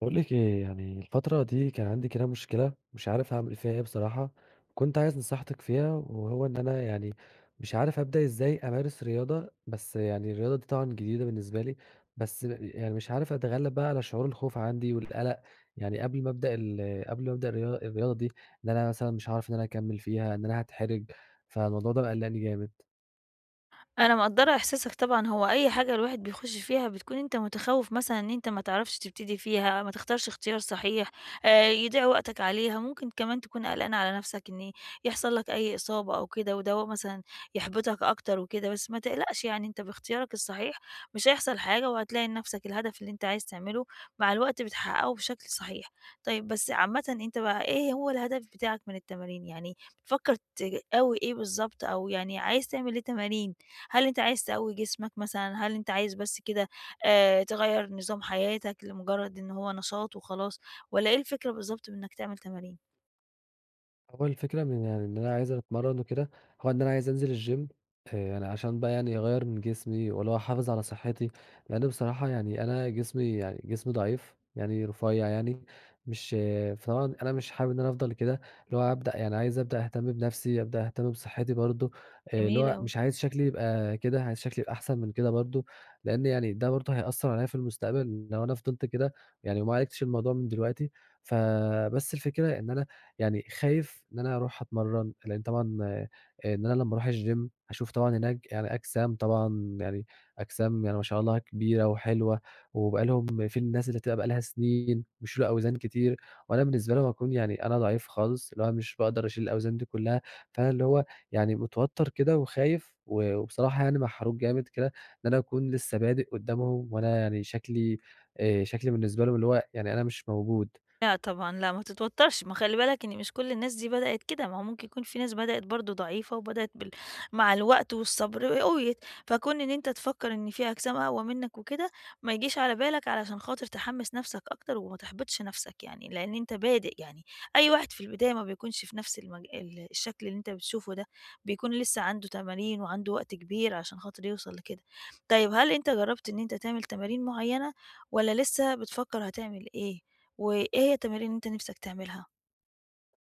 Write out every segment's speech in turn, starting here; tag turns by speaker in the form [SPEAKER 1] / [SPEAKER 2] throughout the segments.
[SPEAKER 1] باقول لِك إيه، يعني الفترة دي كان عندي كده مشكلة مش عارف أعمل فيها إيه بصراحة. كنت عايز نصيحتِك فيها، وهو إن أنا يعني مش عارف أبدأ إزاي أمارس رياضة. بس يعني الرياضة دي طبعًا جديدة بالنسبة لي. بس يعني مش عارف أتغلب بقى على شعور الخوف عندي والقلق. يعني قبل ما أبدأ ال قبل ما أبدأ الريا الرياضة دي، إن أنا مثلًا مش هاعرف إن أنا أكمّل فيها، إن أنا هاتحرج. فالموضوع ده مقلّقني جامد.
[SPEAKER 2] أنا مقدّرة إحساسك طبعًا، هو أي حاجة الواحد بيخُش فيها بتكون أنت متخوّف مثلًا إن أنت ما تعرفش تبتدي فيها، ما تختارش اختيار صحيح، يضيع وقتك عليها، ممكن كمان تكون قلقان على نَفْسك إن يحصل لك أي إصابة أو كده، وده مثلًا يحبطك أكتر وكده، بس ما تقلقش يعني أنت باختيارك الصحيح مش هيحصل حاجة وهتلاقي لنَفْسك الهدف اللي أنت عايز تعمله مع الوقت بتحقّقه بشكل صحيح. طيب بس عامةً أنت بقى إيه هو الهدف بتاعك من التمارين؟ يعني بتفكّر تقوي إيه بالضبط أو يعني عايز تعمل إيه تمارين؟ هل أنت عايز تقوي جسمك مثلًا، هل أنت عايز بس كده تغيّر نظام حياتك لمجرد إن هو نشاط وخلاص، والّا إيه الفكرة بالضبط من إنك تعمل تمارين؟
[SPEAKER 1] هو الفكرة من يعني إن أنا عايز أتمرّن وكده، هو إن أنا عايز أنزل الgym، يعني عشان بقى يعني أغيّر من جسمي واللي هو أحافظ على صحّتي. لإن بصراحة يعني أنا جسمي ضعيف، يعني رفيّع يعني مش آه. فطبعًا أنا مش حابب إن أنا أفضل كده، اللي هو أبدأ يعني عايز أبدأ أهتم بنَفْسي، أبدأ أهتم بصحّتي برضه. اللي
[SPEAKER 2] جميل
[SPEAKER 1] هو
[SPEAKER 2] أوي.
[SPEAKER 1] مش عايز شكلي يبقى كده، عايز شكلي يبقى أحسن من كده برضه. لإن يعني ده برضه هيأثّر عليّا في المستقبل لو أنا فضلت كده يعني وما عالجتش الموضوع من دلوقتي. فبس الفكرة إن أنا يعني خايف إن أنا أروح أتمرّن، لإن طبعًا إن أنا لمّا أروح الgym هاشوف طبعًا هناك يعني أجسام يعني ما شاء الله كبيرة وحلوة. وبقى لهم في الناس اللي بتبقى بقى لها سنين بيشيلوا أوزان كتير، وأنا بالنسبة لهم هاكون يعني أنا ضعيف خالص، اللي هو مش باقدر أشيل الأوزان دي كلّها. فأنا اللي هو يعني متوتّر كده وخايف، و وبصراحة يعني محروق جامد كده إن أنا أكون لسّه بادئ قدّامهم، وأنا يعني شكلي بالنسبة لهم اللي هو يعني أنا مش موجود.
[SPEAKER 2] لأ طبعًا، لأ ما تتوتّرش، ما خلّي بالك إن مش كل الناس دي بدأت كده، ما هو ممكن يكون في ناس بدأت برضه ضعيفة وبدأت مع الوقت والصبر قويت، فكون إن أنت تفكّر إن في أجسام أقوى منّك وكده، ما يجيش على بالك علشان خاطر تحمّس نَفْسك أكتر وما تحبطش نَفْسك يعني، لإن أنت بادئ يعني، أي واحد في البداية ما بيكونش في نَفْس المج ال الشكل اللي أنت بتشوفه ده، بيكون لسه عنده تمارين وعنده وقت كبير عشان خاطر يوصل لكده. طيب هل أنت جرّبت إن أنت تعمل تمارين معيّنة والّا لسه بتفكّر هتعمل إيه؟ وإيه هي التمارين اللي أنت نِفْسك تعملها؟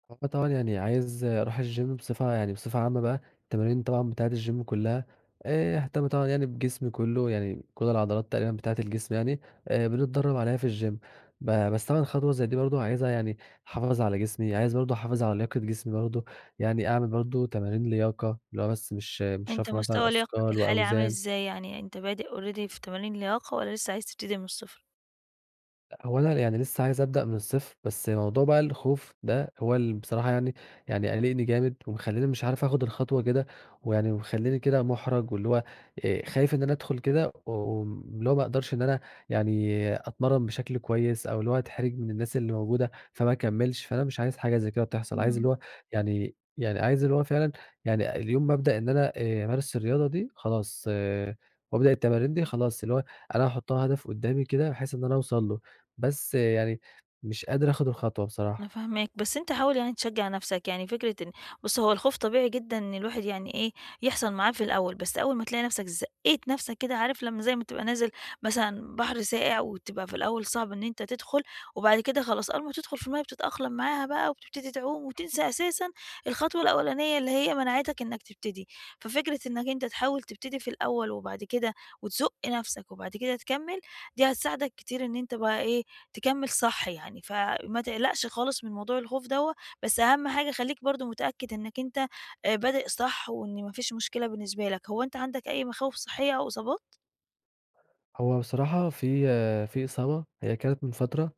[SPEAKER 1] آه طبعًا يعني عايز أروح الgym بصفة يعني بصفة عامة بقى، التمارين طبعًا بتاعة الgym كلّها. أهتم طبعًا يعني بجسمي كلّه، يعني كل العضلات تقريبًا بتاعة الجسم يعني، بنتدرب عليها في الgym. بس طبعًا خطوة زي دي برضه عايزها يعني أحافظ على جسمي، عايز برضه أحافظ على لياقة جسمي برضه، يعني أعمل برضه تمارين لياقة، اللي هو بس مش
[SPEAKER 2] أنت
[SPEAKER 1] رفع مثلًا
[SPEAKER 2] مستوى لياقتك
[SPEAKER 1] أثقال
[SPEAKER 2] الحالي عامل
[SPEAKER 1] وأوزان.
[SPEAKER 2] إزاي؟ يعني أنت بادئ already في تمارين لياقة والّا لسه عايز تبتدي من الصفر؟
[SPEAKER 1] لأ، هو أنا يعني لسه عايز أبدأ من الصفر، بس موضوع بقى الخوف ده هو اللي بصراحة يعني قالقني جامد، ومخلّيني مش عارف آخُد الخطوة كده، ويعني ومخلّيني كده مُحرَج، واللي هو خايف إن أنا أدخُل كده واللي هو ما أقدرش إن أنا يعني أتمرّن بشكل كويس، أو اللي هو أتحرِج من الناس اللي موجودة فما أكمّلش. فأنا مش عايز حاجة زي كده تحصل، عايز اللي
[SPEAKER 2] إمم.
[SPEAKER 1] هو يعني يعني عايز اللي هو فعلًا يعني اليوم ما أبدأ إن أنا أمارس الرياضة دي خلاص، إيه، وأبدأ التمارين دي خلاص، اللي هو أنا هاحُطّها هدف قُدّامي كده بحيث إن أنا أوصل له. بس يعني مش قادر آخُد الخطوة
[SPEAKER 2] أنا
[SPEAKER 1] بصراحة.
[SPEAKER 2] فاهماك، بس أنت حاول يعني تشجّع نَفْسك، يعني فكرة إن بُص هو الخوف طبيعي جدًا إن الواحد يعني إيه، يحصل معاه في الأول، بس أول ما تلاقي نَفْسك زقّيت نَفْسك كده عارف لمّا زي ما تبقى نازل مثلًا بحر ساقع وتبقى في الأول صعب إن أنت تدخُل، وبعد كده خلاص أول ما تدخُل في المَيّة بتتأقلم معاها بقى وبتبتدي تعوم وتنسى أساسًا الخطوة الأولانية اللي هي منعتك إنّك تبتدي، ففكرة إنّك أنت تحاول تبتدي في الأول وبعد كده وتزُق نَفْسك وبعد كده تكمّل، دي هتساعدك كتير إن أنت بقى إيه، تكمّل صح يعني، فما تقلقش خالص من موضوع الخوف دوّة، بس أهم حاجة خلّيك برضه متأكد إنّك أنت بادئ صح وإن ما فيش مشكلة بالنسبة لك، هو أنت عندك أي مخاوف صحّية أو إصابات؟
[SPEAKER 1] هو بصراحة في إصابة هي كانت من فترة،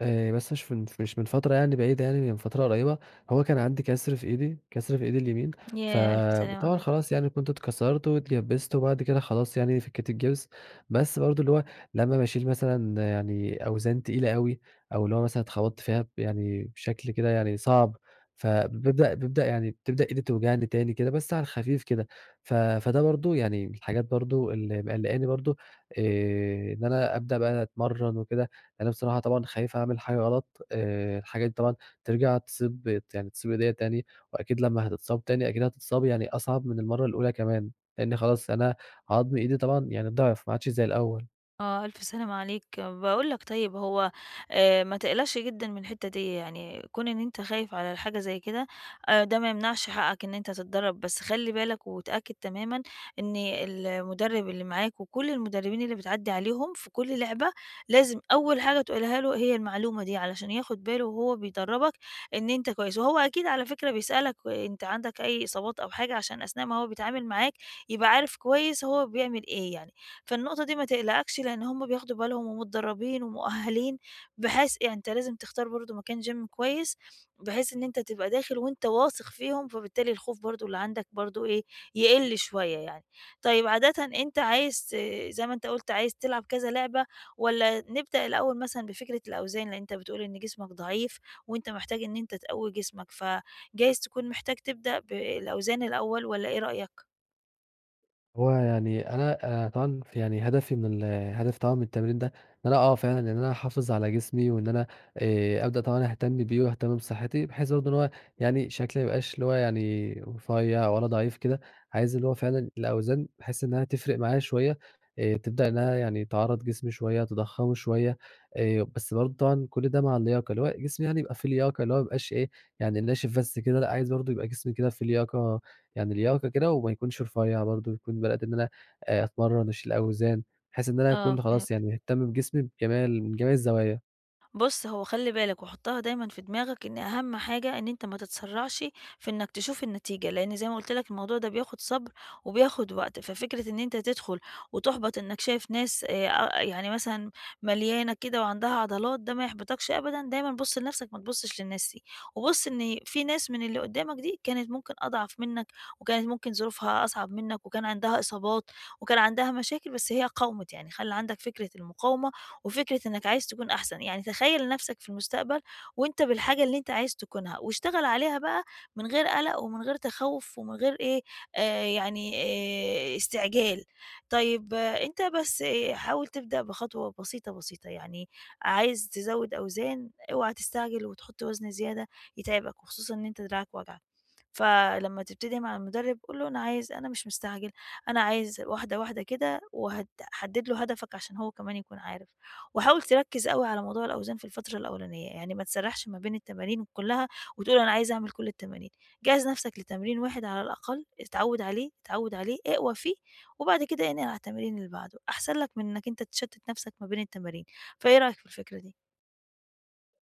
[SPEAKER 1] بس مش من فترة يعني بعيدة يعني، من فترة قريبة. هو كان عندي كسر في إيدي، كسر في إيدي اليمين.
[SPEAKER 2] ياه! ألف سلامة
[SPEAKER 1] فطبعًا
[SPEAKER 2] عليك.
[SPEAKER 1] خلاص يعني كنت اتكسرت واتجبست وبعد كده خلاص يعني فكيت الجبس، بس برضه اللي هو لمّا باشيل مثلًا يعني أوزان تقيلة أوي، أو اللي هو مثلًا اتخبطت فيها ب يعني بشكل كده يعني صعب. فبابدأ بابدأ يعني بتبدأ إيدي توجعني تاني كده، بس على الخفيف كده. فده برضه يعني من الحاجات برضه اللي مقلقاني برضه، آآ إن أنا أبدأ بقى أتمرّن وكده. يعني أنا بصراحة طبعًا خايف أعمل حاجة غلط. الحاجة دي طبعًا ترجع تصيب يعني تصيب إيديّا تاني، وأكيد لمّا هتتصاب تاني أكيد هتتصاب يعني أصعب من المرّة الأولى كمان، لإن خلاص أنا عضم إيدي طبعًا يعني ضِعف ما عادش زي الأول.
[SPEAKER 2] آه، ألف سلامة عليك. باقول لك طيب هو ما تقلقش جدًا من الحتّة دي، يعني كون إن أنت خايف على حاجة زي كده ده ما يمنعش حقك إن أنت تتدرّب، بس خلّي بالك وتأكد تمامًا إن المدرب اللي معاك وكل المدربين اللي بتعدّي عليهم في كل لعبة، لازم أول حاجة تقولها له هي المعلومة دي علشان ياخد باله وهو بيدرّبك إن أنت كويس، وهو أكيد على فكرة بيسألك أنت عندك أي إصابات أو حاجة عشان أثناء ما هو بيتعامل معاك يبقى عارف كويس هو بيعمل إيه يعني. فالنقطة دي ما تقلقكش، لإن هم بياخدوا بالهم ومتدربين ومؤهلين، بحيث يعني أنت لازم تختار برضه مكان gym كويس، بحيث إن أنت تبقى داخل وأنت واثق فيهم، فبالتالي الخوف برضه اللي عندك برضه إيه، يقل شوية يعني. طيب عادةً أنت عايز ت زي ما أنت قُلت عايز تلعب كذا لعبة، والّا نبدأ الأول مثلًا بفكرة الأوزان؟ لإن أنت بتقول إن جسمك ضعيف، وأنت محتاج إن أنت تقوي جسمك، فجايز تكون محتاج تبدأ بالأوزان الأول والّا إيه رأيك؟
[SPEAKER 1] هو يعني أنا طبعًا ف يعني هدفي طبعًا من التمرين ده إن أنا آه فعلًا إن أنا أحافظ على جسمي وإن أنا أبدأ طبعًا أهتم بيه وأهتم بصحّتي، بحيث برضه إن هو يعني شكلي ما يبقاش اللي هو يعني رفيّع ولا ضعيف كده. عايز اللي هو فعلًا الأوزان باحس إنها تفرق معايا شوية، تبدأ إنها يعني تعرّض جسمي شوية، تضخّمه شوية، بس برضه طبعًا كل ده مع اللياقة، اللي هو جسمي يعني يبقى فيه لياقة، اللي هو ما يبقاش إيه، يعني ناشف بس كده لأ، عايز برضه يبقى جسمي كده فيه لياقة يعني لياقة كده وما يكونش رفيّع برضه، يكون بدأت إن أنا أتمرّن، أشيل أوزان، بحيث إن أنا
[SPEAKER 2] آه،
[SPEAKER 1] أكون خلاص
[SPEAKER 2] فهمت.
[SPEAKER 1] يعني مهتم بجسمي بجميع ال من جميع الزوايا.
[SPEAKER 2] بُص، هو خلِّ بالك وحُطّها دايمًا في دماغك إن أهم حاجة إن أنت ما تتسرّعش في إنك تشوف النتيجة، لإن زي ما قُلت لك الموضوع ده بياخُد صبر وبياخُد وقت، ففكرة إن أنت تدخُل وتُحبَط إنك شايف ناس أ يعني مثلًا مليانة كده وعندها عضلات، ده ما يحبِطكش أبدًا، دايمًا بُص لنَفْسك ما تبُصّش للناس دي، وبُص إن في ناس من اللي قُدّامك دي كانت ممكن أضعف منّك وكانت ممكن ظروفها أصعب منّك وكان عندها إصابات وكان عندها مشاكل، بس هي قاومت، يعني خلِّ عندك فكرة المقاومة وفكرة إنك عايز تكون أحسن، يعني تخيّل نَفْسك في المستقبل وأنت بالحاجة اللي أنت عايز تكونها، واشتغل عليها بقى من غير قلق ومن غير تخوُّف ومن غير إيه، آآ يعني استعجال. طيب آه أنت بس آه، حاول تبدأ بخطوة بسيطة، بسيطة، يعني عايز تزوّد أوزان، اوعى تستعجل وتحُط وزن زيادة يتعبك وخصوصًا إن أنت دراعك واجعك. فلمّا تبتدي مع المدرب قُل له أنا مش مستعجل، أنا عايز واحدة، واحدة كده وهت حدد له هدفك عشان هو كمان يكون عارف، وحاول تركّز أوي على موضوع الأوزان في الفترة الأولانية، يعني ما تسرّحش ما بين التمارين كلّها وتقول أنا عايز أعمل كل التمارين، جهّز نَفْسك لتمرين واحد على الأقل، اتعوّد عليه، اقوى فيه، وبعد كده انقل على التمرين اللي بعده، أحسن لك من إنّك أنت تشتّت نَفْسك ما بين التمارين، فإيه رأيك في الفكرة دي؟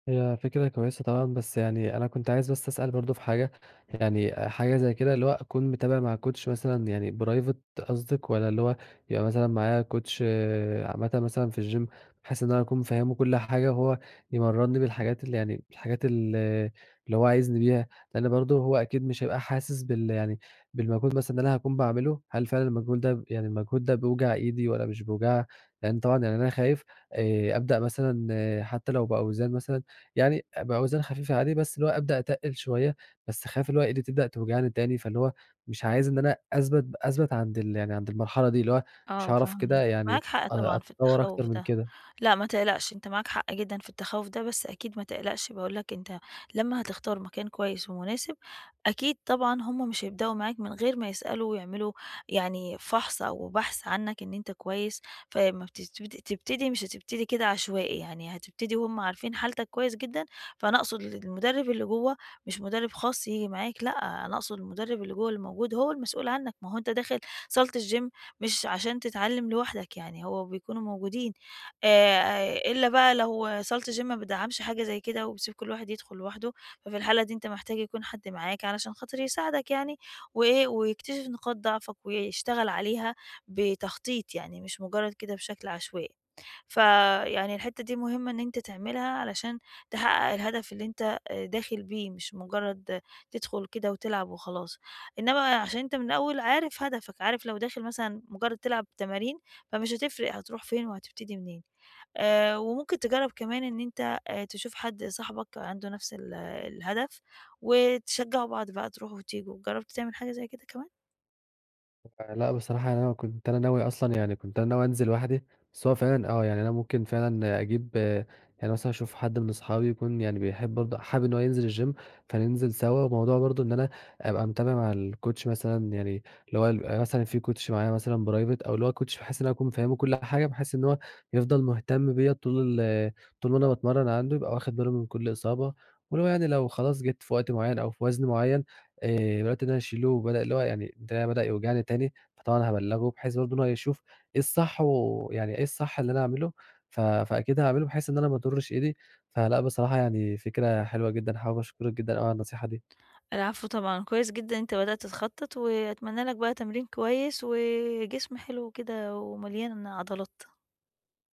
[SPEAKER 1] هي فكرة كويسة طبعًا، بس يعني أنا كنت عايز بس أسأل برضه في حاجة، يعني حاجة زي كده اللي هو أكون متابع مع كوتش مثلًا يعني private قصدِك والّا اللي هو يبقى مثلًا معايا كوتش آه، عامةً مثلًا في الgym بحيث إن أنا أكون فاهمه كل حاجة وهو يمرّني بالحاجات اللي يعني الحاجات ال اللي هو عايزني بيها، لإن برضه هو أكيد مش هيبقى حاسس بالمجهود مثلًا اللي أنا هاكون باعمله، هل فعلًا المجهود ده بيوجع إيدي والّا مش بيوجعها؟ لإن طبعًا يعني أنا خايف أبدأ مثلًا آه، حتى لو بأوزان مثلًا يعني بأوزان خفيفة عادي، بس اللي هو أبدأ أتقِّل شوية، بس خايف اللي هو إيدي تبدأ توجعني تاني، فاللي هو مش عايز إن أنا أثبت عند ال يعني عند المرحلة دي، اللي هو مش
[SPEAKER 2] آه،
[SPEAKER 1] هاعرف كده
[SPEAKER 2] فاهماك.
[SPEAKER 1] يعني
[SPEAKER 2] معاك حق
[SPEAKER 1] أ
[SPEAKER 2] طبعًا في
[SPEAKER 1] أتطوّر أكتر
[SPEAKER 2] التخوّف
[SPEAKER 1] من
[SPEAKER 2] ده.
[SPEAKER 1] كده.
[SPEAKER 2] لأ، ما تقلقش، أنت معاك حق جدًا في التخوّف ده، بس أكيد ما تقلقش، باقول لك أنت لمّا هتختار مكان كويس ومناسب، أكيد طبعًا هم مش هيبدأوا معاك من غير ما يسألوا ويعملوا يعني فحص أو بحث عنّك إن أنت كويس، فلمّا تبتدي مش هتبتدي كده عشوائي، يعني هتبتدي وهم عارفين حالتك كويس جدًا، فأنا أقصد المُدرِّب اللي جوّه مش مُدرِّب خاص ييجي معاك، لأ، أنا أقصد المُدرِّب اللي جوّه اللي موجود هو المسؤول عنّك، ما هو أنت داخل صالة الgym مش عشان تتعلّم لوحدك يعني، هو بيكونوا موجودين. إلا بقى لو صالة الgym ما بتدعّمش حاجة زي كده وبتسيب كل واحد يدخل لوحده، ففي الحالة دي أنت محتاج يكون حد معاك علشان خاطر يساعدك يعني وإيه، ويكتشف نقاط ضعفك ويشتغل عليها بتخطيط يعني مش مجرد كده بشكل عشوائي. فيعني الحتّة دي مهمة إن أنت تعملها علشان تحقق الهدف اللي أنت داخل بيه، مش مجرد تدخل كده وتلعب وخلاص. إنما عشان أنت من الأول عارف هدفك، عارف لو داخل مثلًا مجرد تلعب تمارين، فمش هتفرق هتروح فين وهتبتدي منين. وممكن تجرّب كمان إن أنت تشوف حد صاحبك عنده نفس الهدف، وتشجّعوا بعض بقى تروحوا وتيجوا، جرّبت تعمل حاجة زي كده كمان؟
[SPEAKER 1] لا بصراحة أنا كنت ناوي أصلًا كنت أنا ناوي أنزل لوحدي، بس هو فعلًا آه، يعني أنا ممكن فعلًا أجيب آه، يعني مثلًا أشوف حد من أصحابي يكون يعني بيحب برضه حابب إن هو ينزل الgym فننزل سوا، وموضوع برضه إن أنا أبقى متابع مع الcoach مثلًا يعني اللي هو يبقى مثلًا في coach معايا مثلًا private أو اللي هو coach بحيث إن أنا أكون فاهمه كل حاجة، بحيث إن هو يفضل مهتم بيّا طول ما أنا باتمرن عنده، يبقى واخد باله من كل إصابة، واللي هو يعني لو خلاص جيت في وقت معين أو في وزن معين بدأت إن أنا أشيله، وبدأ اللي هو يعني ده بدأ يوجعني تاني، فطبعًا هابلّغه بحيث برضه إن هو يشوف إيه الصح اللي أنا أعمله، فأكيد هاعمله بحيث إن أنا ما اضرّش إيدي. فلأ بصراحة يعني فكرة حلوة جدًا، حابب أشكرِك جدًا أوي على النصيحة دي.
[SPEAKER 2] العفو طبعًا، كويس جدًا أنت بدأت تخطّط، وأتمنى لك بقى تمرين كويس وجسم حلو كده ومليان عضلات.